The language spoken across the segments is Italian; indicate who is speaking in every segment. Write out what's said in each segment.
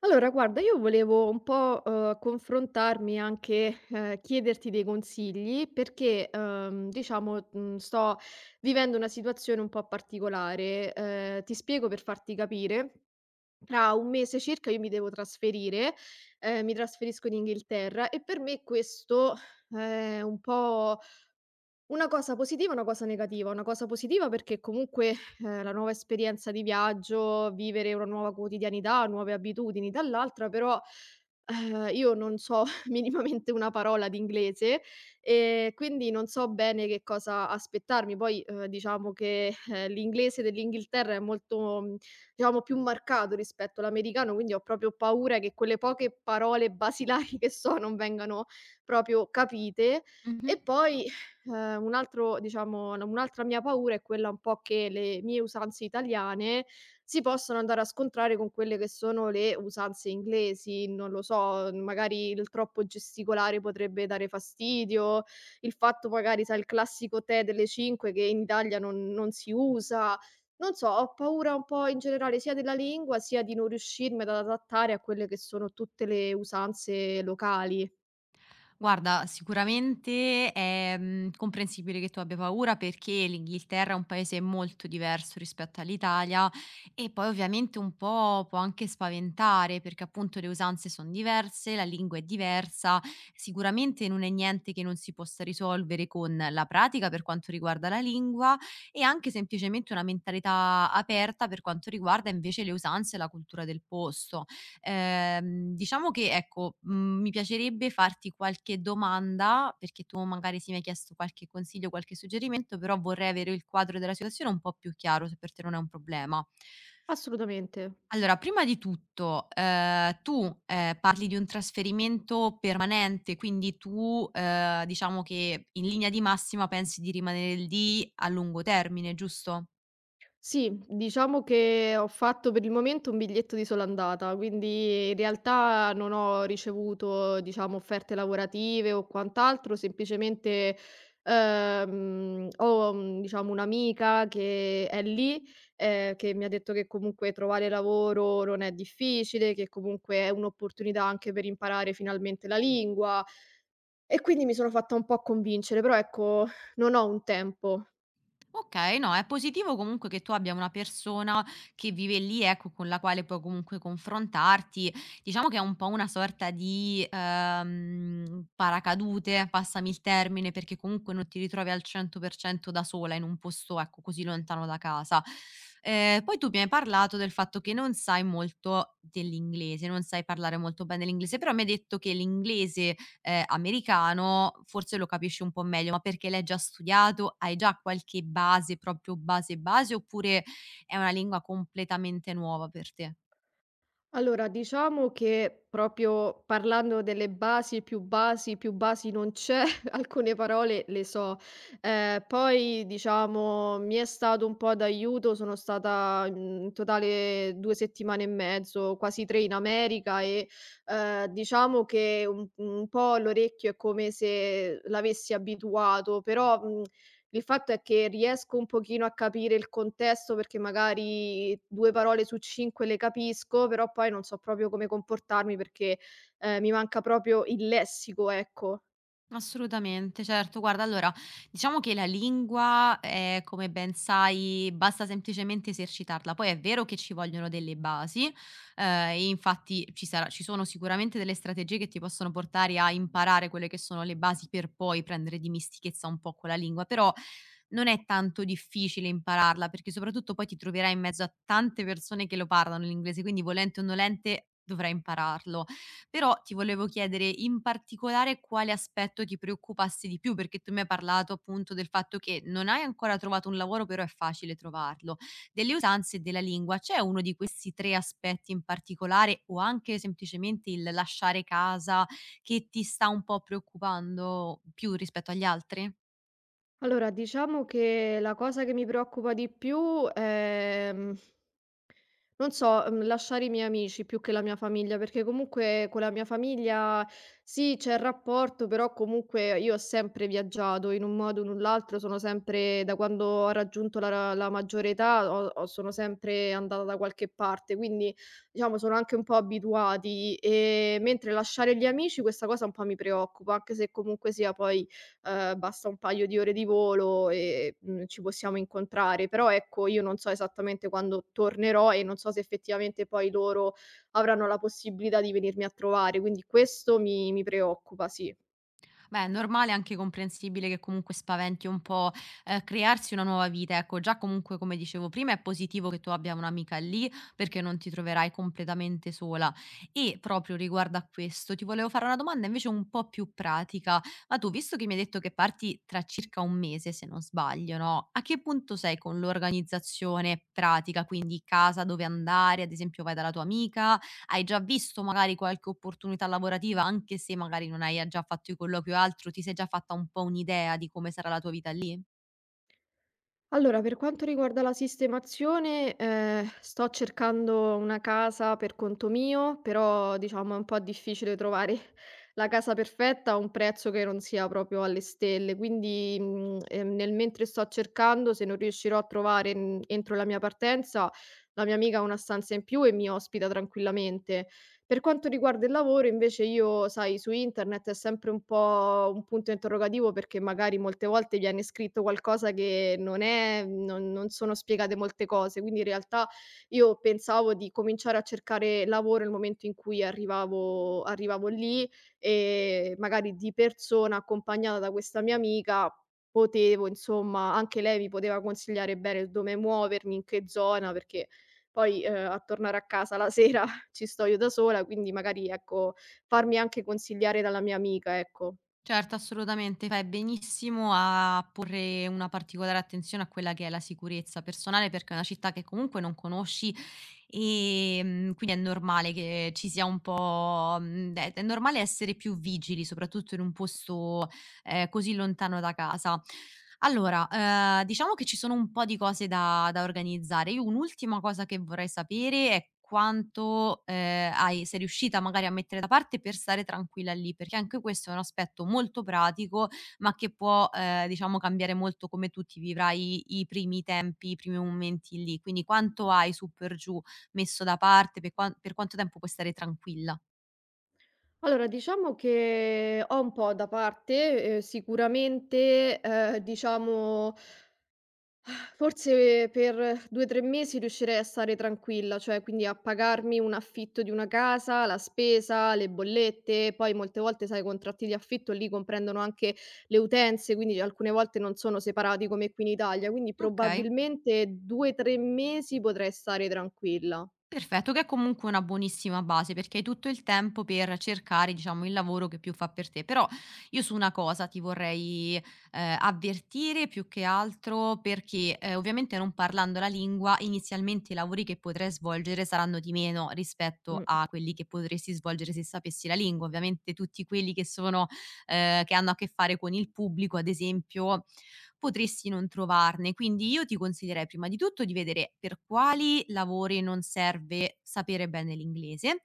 Speaker 1: Allora guarda, io volevo un po', confrontarmi anche, chiederti dei consigli perché, diciamo, sto vivendo una situazione un po' particolare. Ti spiego per farti capire: tra un mese circa io mi devo trasferire, mi trasferisco in Inghilterra e per me questo è un po' una cosa positiva e una cosa negativa. Una cosa positiva perché comunque, la nuova esperienza di viaggio, vivere una nuova quotidianità, nuove abitudini dall'altra, però, io non so minimamente una parola di inglese e quindi non so bene che cosa aspettarmi. Poi, diciamo che, l'inglese dell'Inghilterra è molto, diciamo più marcato rispetto all'americano, quindi ho proprio paura che quelle poche parole basilari che so non vengano proprio capite. E
Speaker 2: Mh-mh.
Speaker 1: poi un altro diciamo n un'altra mia paura è quella un po' che le mie usanze italiane si possano andare a scontrare con quelle che sono le usanze inglesi. Non lo so, magari il troppo gesticolare potrebbe dare fastidio, il fatto magari sai il classico tè delle 5 che in Italia non si usa. Non so, ho paura un po' in generale sia della lingua, sia di non riuscirmi ad adattare a quelle che sono tutte le usanze locali.
Speaker 2: Guarda, sicuramente è, comprensibile che tu abbia paura perché l'Inghilterra è un paese molto diverso rispetto all'Italia e poi ovviamente un po' può anche spaventare perché appunto le usanze son diverse, la lingua è diversa, sicuramente non è niente che non si possa risolvere con la pratica per quanto riguarda la lingua e anche semplicemente una mentalità aperta per quanto riguarda invece le usanze e la cultura del posto. Diciamo che ecco, mi piacerebbe farti qualche domanda, perché tu magari sì mi hai chiesto qualche consiglio, qualche suggerimento, però vorrei avere il quadro della situazione un po' più chiaro, se per te non è un problema.
Speaker 1: Assolutamente.
Speaker 2: Allora, prima di tutto, tu, parli di un trasferimento permanente, quindi tu, diciamo che in linea di massima pensi di rimanere lì a lungo termine, giusto?
Speaker 1: Sì, diciamo che ho fatto per il momento un biglietto di sola andata, quindi in realtà non ho ricevuto, diciamo, offerte lavorative o quant'altro, semplicemente, ho, diciamo, un'amica che è lì, che mi ha detto che comunque trovare lavoro non è difficile, che comunque è un'opportunità anche per imparare finalmente la lingua e quindi mi sono fatta un po' convincere, però ecco, non ho un tempo.
Speaker 2: Okay, no, è positivo comunque che tu abbia una persona che vive lì, ecco, con la quale puoi comunque confrontarti. Diciamo che è un po' una sorta di, paracadute, passami il termine, perché comunque non ti ritrovi al 100% da sola in un posto, ecco, così lontano da casa. Poi tu mi hai parlato del fatto che non sai molto dell'inglese, non sai parlare molto bene l'inglese, però mi hai detto che l'inglese americano, forse lo capisci un po' meglio, ma perché l'hai già studiato? Hai già qualche base, proprio base base, oppure è una lingua completamente nuova per te?
Speaker 1: Allora, diciamo che proprio parlando delle basi, più basi non c'è, alcune parole le so. Poi, diciamo, mi è stato un po' d'aiuto, sono stata in totale due settimane e mezzo, quasi tre in America e diciamo che un po' l'orecchio è come se l'avessi abituato, però il fatto è che riesco un pochino a capire il contesto perché magari 2 parole su 5 le capisco, però poi non so proprio come comportarmi perché, mi manca proprio il lessico, ecco.
Speaker 2: Assolutamente, certo. Guarda, allora, diciamo che la lingua, come ben sai, basta semplicemente esercitarla. Poi è vero che ci vogliono delle basi, e infatti ci sono sicuramente delle strategie che ti possono portare a imparare quelle che sono le basi per poi prendere dimestichezza un po' con la lingua, però non è tanto difficile impararla, perché soprattutto poi ti troverai in mezzo a tante persone che lo parlano l'inglese, quindi volente o nolente dovrai impararlo. Però ti volevo chiedere in particolare quale aspetto ti preoccupasse di più, perché tu mi hai parlato appunto del fatto che non hai ancora trovato un lavoro, però è facile trovarlo. Delle usanze e della lingua, c'è uno di questi tre aspetti in particolare o anche semplicemente il lasciare casa che ti sta un po' preoccupando più rispetto agli altri?
Speaker 1: Allora, diciamo che la cosa che mi preoccupa di più, ehm non so, lasciare i miei amici più che la mia famiglia, perché comunque con la mia famiglia sì, c'è il rapporto, però comunque io ho sempre viaggiato in un modo o in un l'altro, sono sempre da quando ho raggiunto la maggiore età ho sono sempre andata da qualche parte, quindi diciamo sono anche un po' abituati, mentre lasciare gli amici questa cosa un po' mi preoccupa, anche se comunque sia poi basta un paio di ore di volo e, ci possiamo incontrare. Però ecco, io non so esattamente quando tornerò e non so se effettivamente poi loro avranno la possibilità di venirmi a trovare, quindi questo mi preoccupa, sì.
Speaker 2: Beh, è normale e anche comprensibile che comunque spaventi un po', crearsi una nuova vita, ecco. Già comunque, come dicevo prima, è positivo che tu abbia un'amica lì, perché non ti troverai completamente sola. E proprio riguardo a questo, ti volevo fare una domanda invece un po' più pratica. Ma tu, visto che mi hai detto che parti tra circa un mese, se non sbaglio, no, a che punto sei con l'organizzazione pratica? Quindi casa, dove andare, ad esempio vai dalla tua amica, hai già visto magari qualche opportunità lavorativa, anche se magari non hai già fatto i colloqui o altro, ti sei già fatta un po' un'idea di come sarà la tua vita lì?
Speaker 1: Allora, per quanto riguarda la sistemazione, sto cercando una casa per conto mio, però diciamo è un po' difficile trovare la casa perfetta a un prezzo che non sia proprio alle stelle. Quindi, nel mentre sto cercando, se non riuscirò a trovare, entro la mia partenza, la mia amica ha una stanza in più e mi ospita tranquillamente. Per quanto riguarda il lavoro invece io, sai, su internet è sempre un po' un punto interrogativo perché magari molte volte viene scritto qualcosa che non è non non sono spiegate molte cose, quindi in realtà io pensavo di cominciare a cercare lavoro nel momento in cui arrivavo lì e magari di persona, accompagnata da questa mia amica, potevo insomma anche lei mi poteva consigliare bene dove muovermi, in che zona, perché poi, a tornare a casa la sera ci sto io da sola, quindi magari, ecco, farmi anche consigliare dalla mia amica, ecco.
Speaker 2: Certo, assolutamente. Fai benissimo a porre una particolare attenzione a quella che è la sicurezza personale, perché è una città che comunque non conosci e quindi è normale che ci sia un po'. È normale essere più vigili, soprattutto in un posto così lontano da casa. Allora, diciamo che ci sono un po' di cose da organizzare. Io un'ultima cosa che vorrei sapere è quanto, hai sei riuscita magari a mettere da parte per stare tranquilla lì, perché anche questo è un aspetto molto pratico, ma che può, diciamo cambiare molto come tu ti vivrai i primi tempi, i primi momenti lì. Quindi quanto hai su per giù messo da parte, per quan per quanto tempo puoi stare tranquilla.
Speaker 1: Allora, diciamo che ho un po' da parte, sicuramente, diciamo forse per 2, 3 mesi riuscirei a stare tranquilla, cioè quindi a pagarmi un affitto di una casa, la spesa, le bollette, poi molte volte sai i contratti di affitto lì comprendono anche le utenze, quindi alcune volte non sono separati come qui in Italia, quindi
Speaker 2: Okay.
Speaker 1: probabilmente 2, 3 mesi potrei stare tranquilla.
Speaker 2: Perfetto, che è comunque una buonissima base, perché hai tutto il tempo per cercare, diciamo, il lavoro che più fa per te. Però io su una cosa ti vorrei avvertire più che altro perché ovviamente non parlando la lingua, inizialmente i lavori che potrai svolgere saranno di meno rispetto
Speaker 1: Mh.
Speaker 2: a quelli che potresti svolgere se sapessi la lingua. Ovviamente tutti quelli che sono che hanno a che fare con il pubblico, ad esempio, potresti non trovarne. Quindi io ti consiglierei prima di tutto di vedere per quali lavori non serve sapere bene l'inglese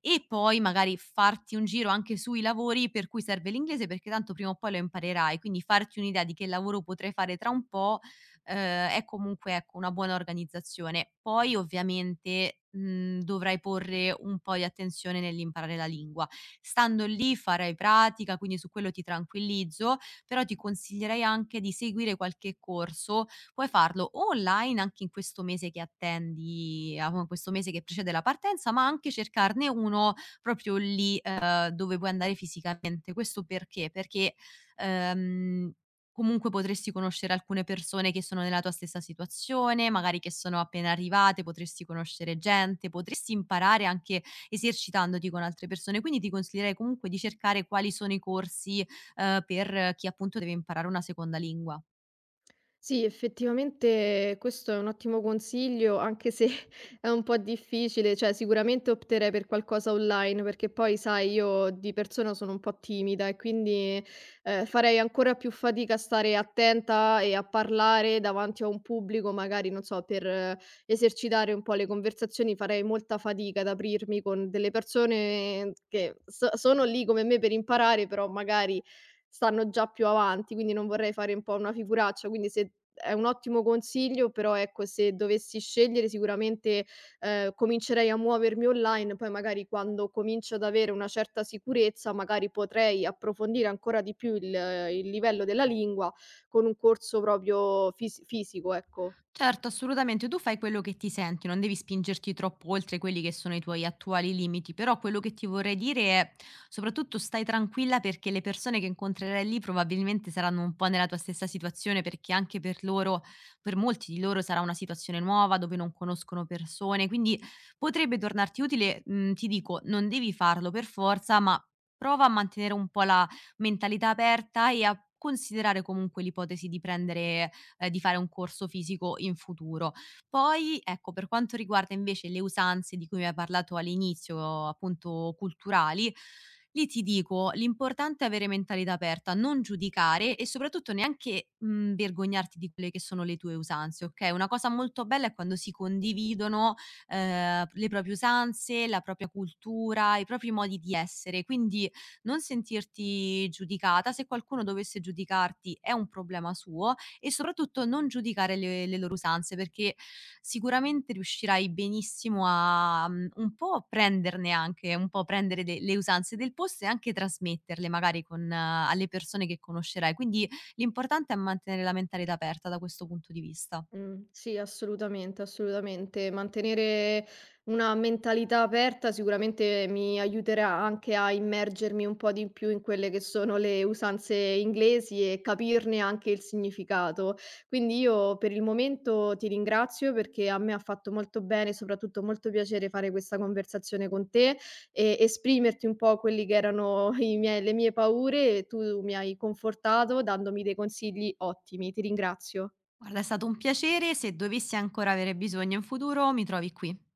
Speaker 2: e poi magari farti un giro anche sui lavori per cui serve l'inglese perché tanto prima o poi lo imparerai, quindi farti un'idea di che lavoro potrai fare tra un po', è comunque, ecco, una buona organizzazione. Poi ovviamente, dovrai porre un po' di attenzione nell'imparare la lingua. Stando lì farai pratica, quindi su quello ti tranquillizzo, però ti consiglierei anche di seguire qualche corso. Puoi farlo o online anche in questo mese che attendi, a questo mese che precede la partenza, ma anche cercarne uno proprio lì, dove puoi andare fisicamente. Questo perché? Perché, ehm, comunque potresti conoscere alcune persone che sono nella tua stessa situazione, magari che sono appena arrivate, potresti conoscere gente, potresti imparare anche esercitandoti con altre persone. Quindi ti consiglierei comunque di cercare quali sono i corsi, per chi appunto deve imparare una seconda lingua.
Speaker 1: Sì, effettivamente questo è un ottimo consiglio, anche se è un po' difficile, cioè sicuramente opterei per qualcosa online, perché poi sai, io di persona sono un po' timida e quindi farei ancora più fatica a stare attenta e a parlare davanti a un pubblico, magari, non so, per esercitare un po' le conversazioni, farei molta fatica ad aprirmi con delle persone che sono lì come me per imparare, però magari stanno già più avanti, quindi non vorrei fare un po' una figuraccia, quindi se è un ottimo consiglio, però ecco, se dovessi scegliere sicuramente, comincerei a muovermi online, poi magari quando comincio ad avere una certa sicurezza, magari potrei approfondire ancora di più il livello della lingua con un corso proprio fisico, ecco.
Speaker 2: Certo, assolutamente, tu fai quello che ti senti, non devi spingerti troppo oltre quelli che sono i tuoi attuali limiti, però quello che ti vorrei dire è soprattutto stai tranquilla perché le persone che incontrerai lì probabilmente saranno un po' nella tua stessa situazione perché anche per loro, per molti di loro sarà una situazione nuova dove non conoscono persone, quindi potrebbe tornarti utile, ti dico, non devi farlo per forza, ma prova a mantenere un po' la mentalità aperta e a considerare comunque l'ipotesi di prendere di fare un corso fisico in futuro. Poi, ecco, per quanto riguarda invece le usanze di cui mi hai parlato all'inizio, appunto culturali, lì ti dico, l'importante è avere mentalità aperta, non giudicare e soprattutto neanche, vergognarti di quelle che sono le tue usanze, okay, una cosa molto bella è quando si condividono, le proprie usanze, la propria cultura, i propri modi di essere, quindi non sentirti giudicata. Se qualcuno dovesse giudicarti è un problema suo, e soprattutto non giudicare le loro usanze, perché sicuramente riuscirai benissimo a un po' prenderne anche un po' prendere de le usanze del posto e anche trasmetterle magari con alle persone che conoscerai. Quindi l'importante è mantenere la mentalità aperta da questo punto di vista.
Speaker 1: Sì, assolutamente, assolutamente. Mantenere una mentalità aperta sicuramente mi aiuterà anche a immergermi un po' di più in quelle che sono le usanze inglesi e capirne anche il significato. Quindi io per il momento ti ringrazio perché a me ha fatto molto bene, e soprattutto molto piacere fare questa conversazione con te e esprimerti un po' quelli che erano i miei le mie paure e tu mi hai confortato dandomi dei consigli ottimi. Ti ringrazio.
Speaker 2: Guarda, è stato un piacere, se dovessi ancora avere bisogno in futuro mi trovi qui.